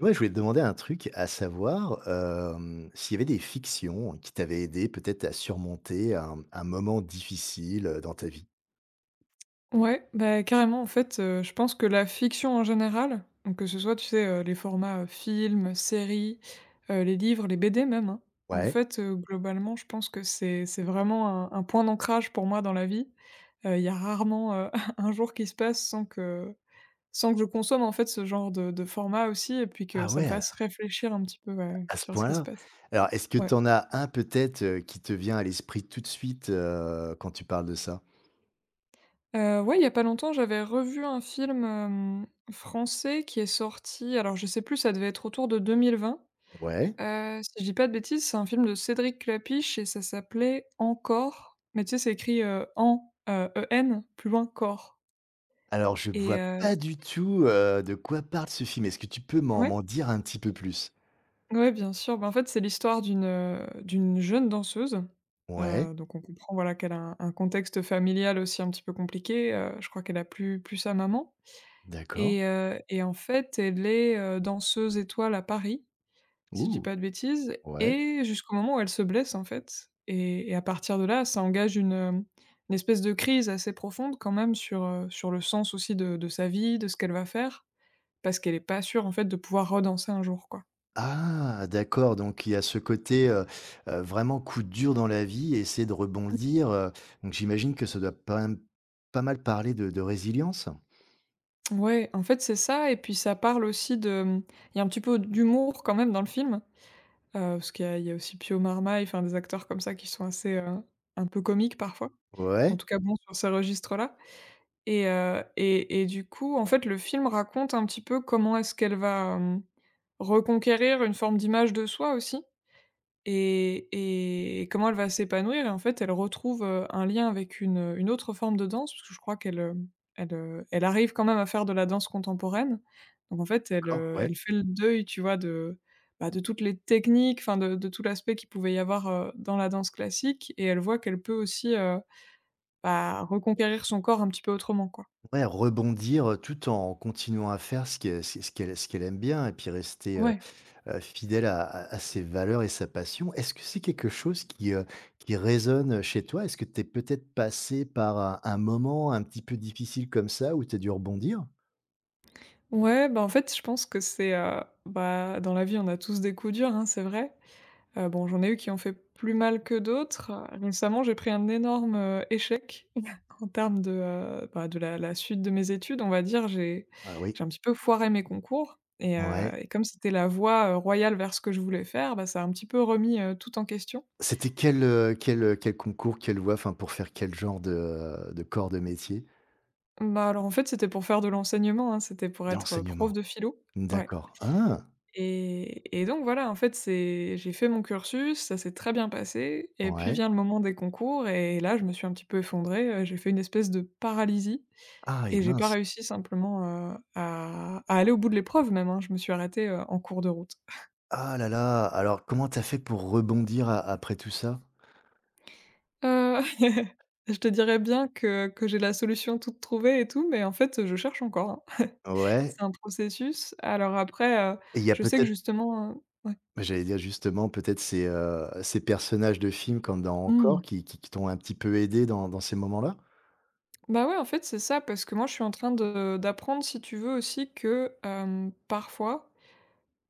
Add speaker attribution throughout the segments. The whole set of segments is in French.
Speaker 1: Ouais, je voulais te demander un truc, à savoir, s'il y avait des fictions qui t'avaient aidé peut-être à surmonter un moment difficile, dans ta vie?
Speaker 2: Carrément, je pense que la fiction en général, donc que ce soit, les formats, films, séries, les livres, les BD même,
Speaker 1: Ouais.
Speaker 2: globalement, je pense que c'est vraiment un point d'ancrage pour moi dans la vie. Il y a rarement, un jour qui se passe sans que je consomme, en fait, ce genre de format aussi et puis que
Speaker 1: Ah
Speaker 2: ça me
Speaker 1: ouais,
Speaker 2: fasse réfléchir un petit peu, ouais,
Speaker 1: à ce
Speaker 2: sur ce qui se
Speaker 1: point-là?
Speaker 2: passe.
Speaker 1: Alors est-ce que
Speaker 2: Ouais.
Speaker 1: t'en as un peut-être, qui te vient à l'esprit tout de suite, quand tu parles de ça?
Speaker 2: Ouais, il y a pas longtemps, j'avais revu un film, français qui est sorti, alors je sais plus, ça devait être autour de 2020.
Speaker 1: Ouais.
Speaker 2: Si je dis pas de bêtises, c'est un film de Cédric Clapiche et ça s'appelait «Encore», mais tu sais, c'est écrit, en, E-N, plus loin «corps».
Speaker 1: Alors je
Speaker 2: et
Speaker 1: vois pas
Speaker 2: heu
Speaker 1: du tout, de quoi parle ce film. Est-ce que tu peux m'en
Speaker 2: ouais,
Speaker 1: m'en dire un petit peu plus?
Speaker 2: ouais, bien sûr. En fait, c'est l'histoire d'une, d'une jeune danseuse,
Speaker 1: Ouais,
Speaker 2: donc on comprend, voilà, qu'elle a un contexte familial aussi un petit peu compliqué, je crois qu'elle a plus sa maman.
Speaker 1: d'accord.
Speaker 2: Et en fait, elle est, danseuse étoile à Paris, si je dis
Speaker 1: Ouh!
Speaker 2: pas de bêtises,
Speaker 1: Ouais.
Speaker 2: et jusqu'au moment où elle se blesse, en fait, et à partir de là, ça engage une, une espèce de crise assez profonde quand même sur, sur le sens aussi de sa vie, de ce qu'elle va faire, parce qu'elle est pas sûre, en fait, de pouvoir redanser un jour, quoi.
Speaker 1: Ah d'accord, donc il y a ce côté, vraiment coup dur dans la vie, essayer de rebondir, donc j'imagine que ça doit pas mal parler de résilience?
Speaker 2: Ouais, en fait, c'est ça, et puis ça parle aussi de, mmh, il y a un petit peu d'humour quand même dans le film. Parce qu'il y a aussi Pio Marmaille, enfin des acteurs comme ça qui sont assez, un peu comiques parfois. En
Speaker 1: Ouais,
Speaker 2: tout cas bon, sur ces registres-là. Et du coup, en fait, le film raconte un petit peu comment est-ce qu'elle va, reconquérir une forme d'image de soi aussi. Et comment elle va s'épanouir et en fait, elle retrouve, un lien avec une autre forme de danse, parce que je crois qu'elle, elle, elle arrive quand même à faire de la danse contemporaine. Donc en fait, elle,
Speaker 1: d'accord, ouais.
Speaker 2: elle fait le deuil, tu vois, de, de toutes les techniques, enfin de tout l'aspect qu'il pouvait y avoir, dans la danse classique, et elle voit qu'elle peut aussi, reconquérir son corps un petit peu autrement, quoi.
Speaker 1: Ouais, rebondir, tout en continuant à faire ce que ce ce qu'elle aime bien et puis rester,
Speaker 2: Ouais.
Speaker 1: fidèle à ses valeurs et sa passion. Est-ce que c'est quelque chose qui résonne, chez toi? Est-ce que tu es peut-être passé par un moment un petit peu difficile comme ça où tu as dû rebondir?
Speaker 2: Ouais, en fait, je pense que c'est, dans la vie, on a tous des coups durs, hein, c'est vrai. Bon, j'en ai eu qui ont fait plus mal que d'autres. Récemment, j'ai pris un énorme, échec en termes de, de la suite de mes études, on va dire. J'ai
Speaker 1: Ah oui,
Speaker 2: j'ai un petit peu foiré mes concours, et heu
Speaker 1: ouais.
Speaker 2: et comme c'était la voie, royale vers ce que je voulais faire, bah, ça a un petit peu remis, tout en question.
Speaker 1: C'était quel, quel, quel concours, quelle voie, enfin, pour faire quel genre de corps de métier?
Speaker 2: Alors, en fait, c'était pour faire de l'enseignement, hein, c'était pour être, prof
Speaker 1: D'enseignement.
Speaker 2: de philo. Ouais.
Speaker 1: D'accord. Ah!
Speaker 2: Et donc voilà, en fait, c'est, j'ai fait mon cursus, ça s'est très bien passé, et puis
Speaker 1: Ouais.
Speaker 2: vient le moment des concours et là, je me suis un petit peu effondrée, j'ai fait une espèce de paralysie
Speaker 1: Ah et
Speaker 2: et j'ai pas
Speaker 1: mince.
Speaker 2: réussi simplement, à aller au bout de l'épreuve même, hein, je me suis arrêtée, en cours de route.
Speaker 1: Ah là là! Alors comment t'as fait pour rebondir a après tout ça?
Speaker 2: Heu, je te dirais bien que j'ai la solution toute trouvée et tout, mais en fait, je cherche encore, hein.
Speaker 1: Ouais
Speaker 2: C'est un processus. Alors après,
Speaker 1: et il y a
Speaker 2: je sais que
Speaker 1: peut-être
Speaker 2: justement, ouais.
Speaker 1: j'allais dire justement, peut-être ces, ces personnages de films comme dans
Speaker 2: Mmh.
Speaker 1: Encore qui t'ont un petit peu aidé dans ces moments-là?
Speaker 2: Bah, ouais, en fait, c'est ça, parce que moi, je suis en train de d'apprendre, si tu veux, aussi que, parfois,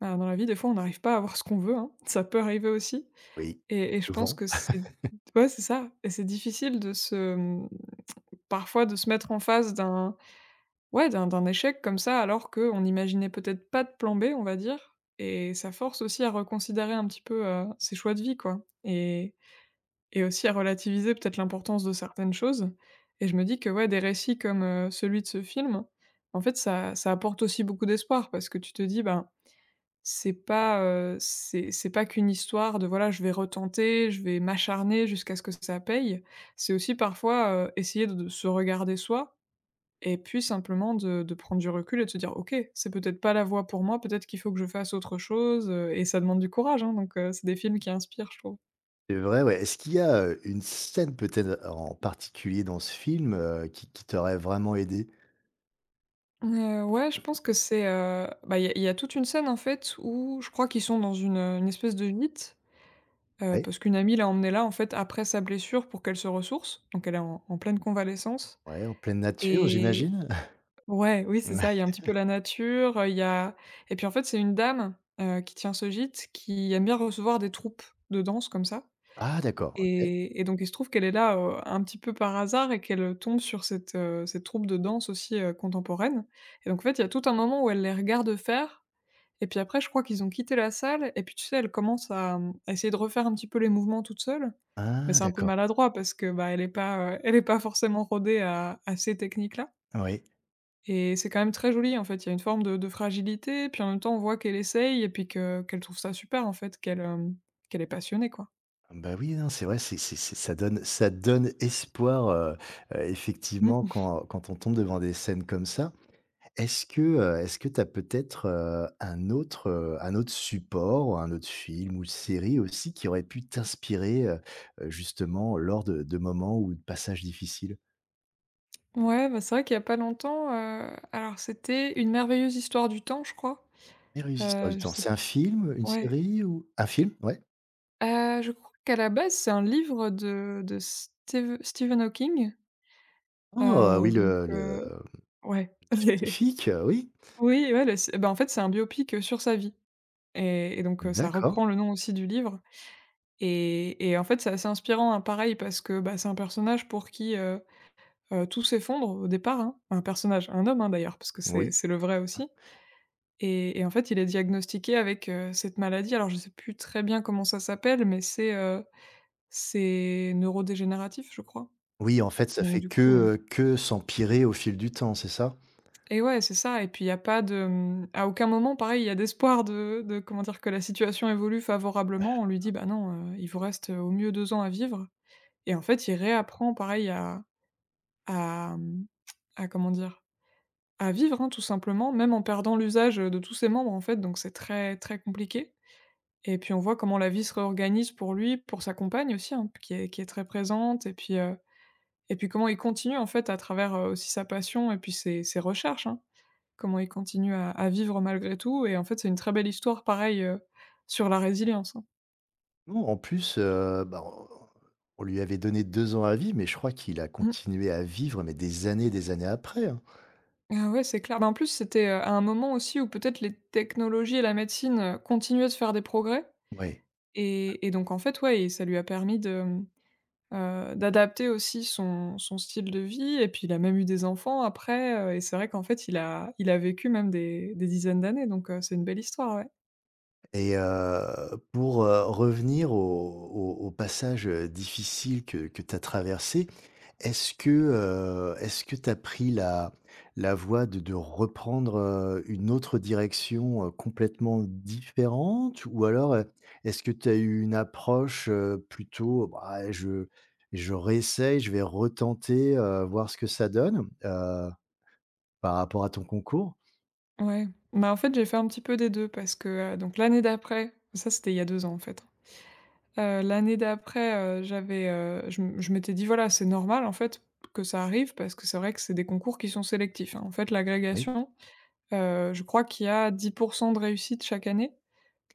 Speaker 2: bah, dans la vie, des fois, on n'arrive pas à avoir ce qu'on veut, hein, ça peut arriver aussi,
Speaker 1: Oui,
Speaker 2: et je pense
Speaker 1: souvent.
Speaker 2: que c'est, ouais, c'est ça, et c'est difficile de se, mmh, parfois, de se mettre en face d'un, ouais, d'un échec comme ça, alors qu'on n'imaginait peut-être pas de plan B, on va dire, et ça force aussi à reconsidérer un petit peu, ses choix de vie, quoi, et aussi à relativiser peut-être l'importance de certaines choses, et je me dis que, ouais, des récits comme, celui de ce film, en fait, ça apporte aussi beaucoup d'espoir, parce que tu te dis: «Ben, c'est pas, c'est pas qu'une histoire de, voilà, je vais retenter, je vais m'acharner jusqu'à ce que ça paye». C'est aussi parfois, essayer de se regarder soi et puis simplement de prendre du recul et de se dire: «OK, c'est peut-être pas la voie pour moi, peut-être qu'il faut que je fasse autre chose», et ça demande du courage, hein, c'est des films qui inspirent, je trouve.
Speaker 1: C'est vrai, ouais. Est-ce qu'il y a, une scène peut-être en particulier dans ce film, qui t'aurait vraiment aidé?
Speaker 2: Ouais, je pense que c'est, il y a toute une scène, en fait, où je crois qu'ils sont dans une espèce de gîte,
Speaker 1: Ouais.
Speaker 2: parce qu'une amie l'a emmenée là, en fait, après sa blessure pour qu'elle se ressource. Donc elle est en pleine convalescence
Speaker 1: Ouais, en pleine nature,
Speaker 2: et,
Speaker 1: j'imagine?
Speaker 2: ouais, oui, c'est
Speaker 1: Ouais.
Speaker 2: ça, il y a un petit peu la nature, il y a et puis, en fait, c'est une dame, qui tient ce gîte, qui aime bien recevoir des troupes de danse comme ça,
Speaker 1: Ah d'accord, OK.
Speaker 2: et donc il se trouve qu'elle est là, un petit peu par hasard, et qu'elle, tombe sur cette, cette troupe de danse aussi, contemporaine, et donc en fait, il y a tout un moment où elle les regarde faire, et puis après je crois qu'ils ont quitté la salle, et puis tu sais, elle commence à, mmh, à essayer de refaire un petit peu les mouvements toute seule, mais
Speaker 1: Ah
Speaker 2: c'est un peu
Speaker 1: d'accord.
Speaker 2: maladroit parce que, bah, elle est pas forcément rodée à ces techniques-là,
Speaker 1: Oui.
Speaker 2: et c'est quand même très joli, en fait. Il y a une forme de fragilité, puis en même temps on voit qu'elle essaye et puis que qu'elle trouve ça super, en fait, qu'elle, qu'elle est passionnée, quoi.
Speaker 1: Bah, oui, non, c'est vrai, c'est ça donne espoir, effectivement
Speaker 2: Mmh.
Speaker 1: quand quand on tombe devant des scènes comme ça. Est-ce que tu as peut-être, un autre support un autre film ou série aussi qui aurait pu t'inspirer, justement lors de moments ou de passages difficiles?
Speaker 2: Ouais, bah, c'est vrai qu'il y a pas longtemps, alors c'était Une merveilleuse histoire du temps, je crois.
Speaker 1: Les Résistances
Speaker 2: Heu,
Speaker 1: du
Speaker 2: je
Speaker 1: temps,
Speaker 2: sais
Speaker 1: c'est un film, une
Speaker 2: ouais,
Speaker 1: série ou un film? Ouais.
Speaker 2: je crois qu'à la base, c'est un livre de Steve Stephen Hawking,
Speaker 1: Oh, oui,
Speaker 2: heu, donc
Speaker 1: le
Speaker 2: heu, ouais.
Speaker 1: scientifique, oui.
Speaker 2: Oui, ouais, le c'est, bah, en fait, c'est un biopic, sur sa vie, et ça
Speaker 1: D'accord,
Speaker 2: reprend le nom aussi du livre, et en fait, c'est assez inspirant, hein, pareil, parce que, bah, c'est un personnage pour qui, tout s'effondre au départ, hein. Enfin, un personnage, un homme, hein, d'ailleurs, parce que c'est
Speaker 1: oui.
Speaker 2: c'est le vrai aussi. Et en fait, il est diagnostiqué avec, cette maladie. Alors, je sais plus très bien comment ça s'appelle, mais c'est neurodégénératif, je crois.
Speaker 1: Oui, en fait, ça
Speaker 2: Et donc
Speaker 1: fait
Speaker 2: du coup, ouais.
Speaker 1: que s'empirer au fil du temps, c'est ça?
Speaker 2: Et ouais, c'est ça, et puis il n'y a pas de, mmh, à aucun moment, pareil, il y a d'espoir de comment dire? Que la situation évolue favorablement. On lui dit: «Bah non, il vous reste, au mieux 2 ans à vivre», et en fait, il réapprend pareil à, mmh, à comment dire? À vivre, hein, tout simplement, même en perdant l'usage de tous ses membres, en fait, donc c'est très, très compliqué. Et puis on voit comment la vie se réorganise pour lui, pour sa compagne aussi, hein, qui est très présente, et puis comment il continue en fait à travers, aussi sa passion, et puis ses recherches, hein. Comment il continue à vivre malgré tout, et en fait, c'est une très belle histoire pareil, sur la résilience, hein.
Speaker 1: Non, en plus, bah, on lui avait donné 2 ans à vivre, mais je crois qu'il a
Speaker 2: Mmh.
Speaker 1: continué à vivre, mais des années après, hein.
Speaker 2: Ah ouais, c'est clair. Bah, en plus, c'était, à un moment aussi où peut-être les technologies et la médecine, continuaient de faire des progrès,
Speaker 1: Ouais.
Speaker 2: et donc en fait, ouais, et ça lui a permis de, mmh, d'adapter aussi son style de vie, et puis il a même eu des enfants après, et c'est vrai qu'en fait il a vécu même des dizaines d'années, c'est une belle histoire, ouais.
Speaker 1: Et pour, revenir au au au passage, difficile que tu as traversé, est-ce que tu as pris la la voie de reprendre, une autre direction, complètement différente? Ou alors, est-ce que tu as eu une approche, plutôt: «Bah, je réessaye, je vais retenter, voir ce que ça donne», par rapport à ton concours?
Speaker 2: Ouais, bah, en fait, j'ai fait un petit peu des 2 parce que, donc l'année d'après, ça c'était il y a 2 ans, en fait. L'année d'après, je m'étais dit: «Voilà, c'est normal, en fait, que ça arrive», parce que c'est vrai que c'est des concours qui sont sélectifs, hein. En fait,
Speaker 1: Oui.
Speaker 2: l'agrégation, je crois qu'il y a 10 de réussite chaque année.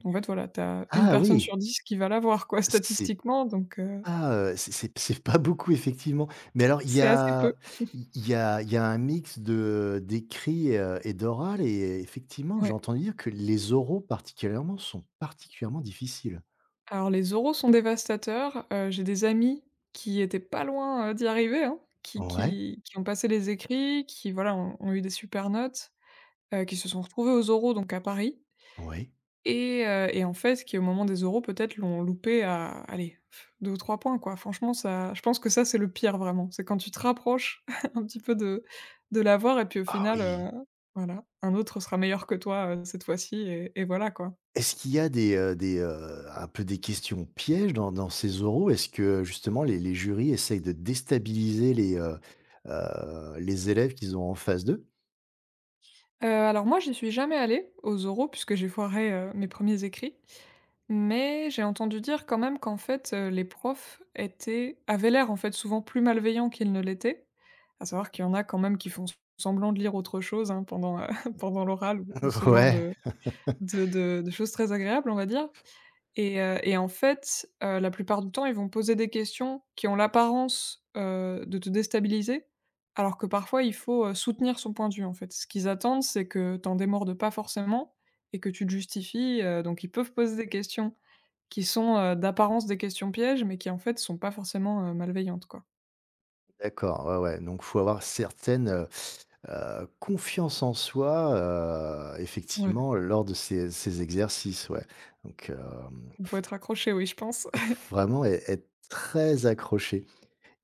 Speaker 2: En fait, voilà, tu as 1
Speaker 1: Ah
Speaker 2: personne
Speaker 1: oui!
Speaker 2: sur 10 qui va l'avoir, quoi,
Speaker 1: C'est
Speaker 2: statistiquement, donc
Speaker 1: Ah, c'est pas beaucoup effectivement. Mais alors
Speaker 2: c'est assez peu.
Speaker 1: il y a un mix de d'écrit, et d'oral et effectivement, j'ai
Speaker 2: Ouais.
Speaker 1: entendu dire que les oraux particulièrement sont particulièrement difficiles.
Speaker 2: Alors les oraux sont dévastateurs, j'ai des amis qui étaient pas loin, d'y arriver, hein, qui
Speaker 1: Ouais,
Speaker 2: qui qui ont passé les écrits, qui voilà, ont eu des super notes, qui se sont retrouvés aux oraux donc à Paris.
Speaker 1: ouais,
Speaker 2: Et en fait, qui au moment des euros, peut-être, l'ont loupé à, allez, pff, 2 ou 3 points, quoi. Franchement, ça je pense que ça, c'est le pire, vraiment. C'est quand tu te rapproches un petit peu de l'avoir et puis, au
Speaker 1: Ah
Speaker 2: final,
Speaker 1: oui.
Speaker 2: voilà, un autre sera meilleur que toi, cette fois-ci et voilà, quoi.
Speaker 1: Est-ce qu'il y a des, un peu des questions pièges dans dans ces oraux? Est-ce que justement les jurys essayent de déstabiliser les élèves qu'ils ont en face d'eux?
Speaker 2: Alors moi, j'y suis jamais allée aux euros puisque j'ai foiré, mes premiers écrits. Mais j'ai entendu dire quand même qu'en fait, les profs étaient avaient l'air en fait souvent plus malveillants qu'ils ne l'étaient. À savoir qu'il y en a quand même qui font semblant de lire autre chose, hein, pendant, pendant l'oral ou ce genre
Speaker 1: Ouais,
Speaker 2: de choses très agréables, on va dire. Et en fait, la plupart du temps, ils vont poser des questions qui ont l'apparence, de te déstabiliser, alors que parfois il faut, soutenir son point de vue, en fait. Ce qu'ils attendent, c'est que t'en en démordes pas forcément et que tu te justifies, donc ils peuvent poser des questions qui sont, d'apparence des questions pièges, mais qui en fait sont pas forcément, malveillantes, quoi.
Speaker 1: d'accord, ouais, ouais, donc faut avoir certaine, confiance en soi,
Speaker 2: Ouais,
Speaker 1: effectivement lors de ces ces exercices, ouais. Donc,
Speaker 2: il faut être accroché, oui, je pense.
Speaker 1: vraiment é être très accroché.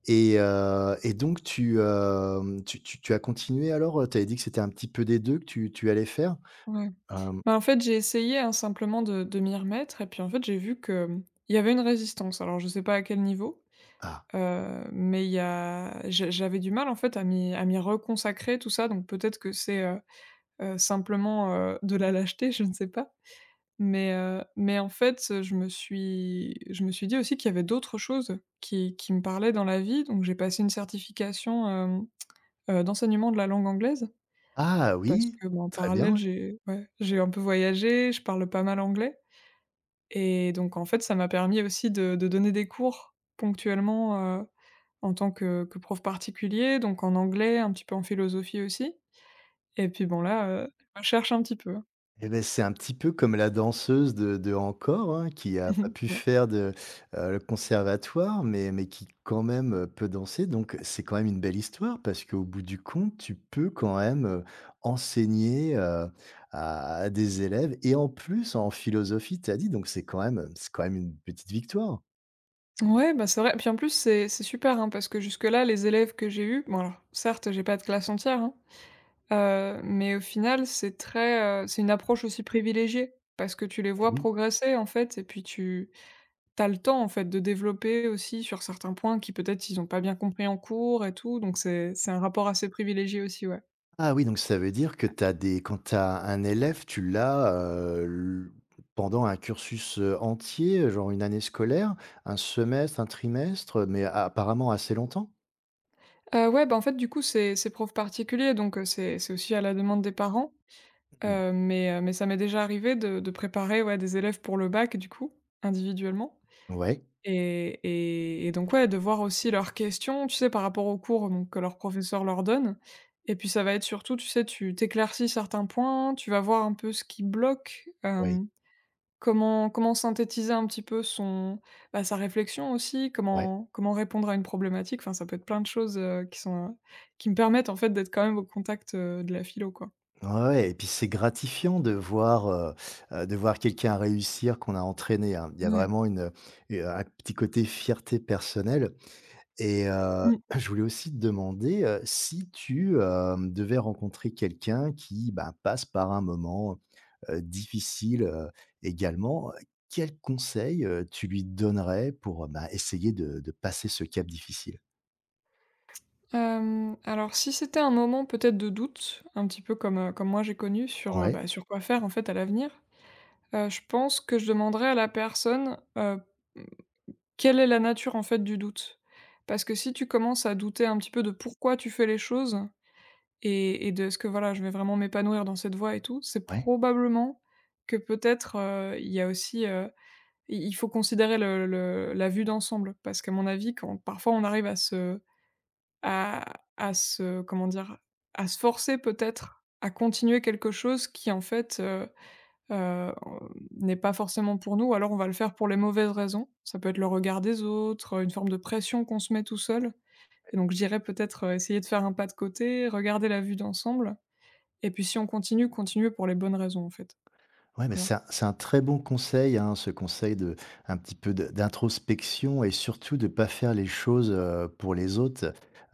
Speaker 1: Et donc tu, tu as continué alors, tu avais dit que c'était un petit peu des 2 que tu tu allais faire?
Speaker 2: Ouais.
Speaker 1: Hem,
Speaker 2: Bah, en fait, j'ai essayé, hein, simplement de m'y remettre et puis en fait, j'ai vu que, mmh, il y avait une résistance. Alors je sais pas à quel niveau,
Speaker 1: ah,
Speaker 2: mais il y a j'avais du mal, en fait, à m'y reconsacrer tout ça, donc peut-être que c'est, simplement, de la lâcheté, je ne sais pas. Mais en fait, je me suis dit aussi qu'il y avait d'autres choses qui me parlaient dans la vie, donc j'ai passé une certification, d'enseignement de la langue anglaise,
Speaker 1: ah
Speaker 2: parce
Speaker 1: oui,
Speaker 2: que, bah, en
Speaker 1: très bien,
Speaker 2: parallèle,
Speaker 1: ouais.
Speaker 2: j'ai ouais, j'ai un peu voyagé, je parle pas mal anglais et donc en fait, ça m'a permis aussi de donner des cours ponctuellement, en tant que prof particulier, donc en anglais, un petit peu en philosophie aussi et puis bon là, je cherche un petit peu, hein.
Speaker 1: Et beh, c'est un petit peu comme la danseuse de Encore, hein, qui a pas pu faire de, le conservatoire, mais qui quand même, peut danser. Donc c'est quand même une belle histoire parce qu'au bout du compte, tu peux quand même, enseigner, à des élèves et en plus en philosophie, tu as dit, donc c'est quand même une petite victoire.
Speaker 2: Ouais, bah, c'est vrai. Puis en plus, c'est super, hein, parce que jusque-là, les élèves que j'ai eus bon alors, certes, j'ai pas de classe entière, hein, mais au final, c'est très, c'est une approche aussi privilégiée parce que tu les
Speaker 1: Ah
Speaker 2: vois
Speaker 1: oui.
Speaker 2: progresser, en fait et puis tu as le temps, en fait, de développer aussi sur certains points qui, peut-être, ils ont pas bien compris en cours et tout, donc c'est un rapport assez privilégié aussi, ouais.
Speaker 1: Ah oui, donc ça veut dire que t'as des quand tu as un élève, tu l'as, l pendant un cursus, entier, genre une année scolaire, un semestre, un trimestre, mais a apparemment assez longtemps?
Speaker 2: Ouais, bah, en fait, du coup, c'est prof particulier, donc c'est aussi à la demande des parents,
Speaker 1: Mmh.
Speaker 2: mais ça m'est déjà arrivé de préparer, ouais, des élèves pour le bac, du coup, individuellement.
Speaker 1: Ouais,
Speaker 2: Et donc ouais, de voir aussi leurs questions, tu sais, par rapport aux cours donc que leur professeur leur donne et puis ça va être surtout, tu sais, tu t'éclaircis certains points, tu vas voir un peu ce qui bloque,
Speaker 1: ouais,
Speaker 2: hem, comment synthétiser un petit peu son bah, sa réflexion aussi,
Speaker 1: ouais,
Speaker 2: comment répondre à une problématique, enfin ça peut être plein de choses, qui sont, qui me permettent en fait d'être quand même au contact, de la philo, quoi.
Speaker 1: ouais et puis c'est gratifiant de voir quelqu'un réussir qu'on a entraîné, hein. Il y a
Speaker 2: Ouais.
Speaker 1: vraiment une, un petit côté fierté personnelle. Et
Speaker 2: Mmh.
Speaker 1: je voulais aussi te demander, si tu, devais rencontrer quelqu'un qui, bah, passe par un moment, difficile, également, quels conseils, tu lui donnerais pour, bah, essayer de passer ce cap difficile?
Speaker 2: Hem, alors si c'était un moment peut-être de doute, un petit peu comme, comme moi j'ai connu sur,
Speaker 1: Ouais,
Speaker 2: bah, sur quoi faire en fait à l'avenir. Je pense que je demanderais à la personne, mmh, quelle est la nature en fait du doute? Parce que si tu commences à douter un petit peu de pourquoi tu fais les choses et de ce que voilà, je vais vraiment m'épanouir dans cette voie et tout?» c'est
Speaker 1: ouais.
Speaker 2: probablement que peut-être, il y a aussi, il faut considérer le la vue d'ensemble. Parce qu'à mon avis, quand parfois on arrive à se à se comment dire? À se forcer peut-être à continuer quelque chose qui en fait, Heu, n'est pas forcément pour nous ou alors on va le faire pour les mauvaises raisons. Ça peut être le regard des autres, une forme de pression qu'on se met tout seul et donc je dirais peut-être, essayer de faire un pas de côté, regarder la vue d'ensemble et puis si on continue, continuer pour les bonnes raisons en fait.
Speaker 1: Ouais, mais
Speaker 2: Voilà.
Speaker 1: c'est un très bon conseil, hein, ce conseil de un petit peu de d'introspection et surtout de pas faire les choses, pour les autres.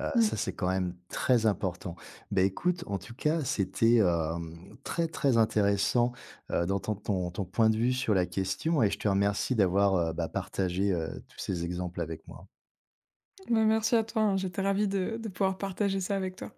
Speaker 1: Heu,
Speaker 2: Mmh.
Speaker 1: ça, c'est quand même très important. Ben, écoute, en tout cas, c'était, très, très intéressant, d'entendre ton ton point de vue sur la question et je te remercie d'avoir, bah, partagé, tous ces exemples avec moi.
Speaker 2: Bah, merci à toi, hein, j'étais ravie de pouvoir partager ça avec toi.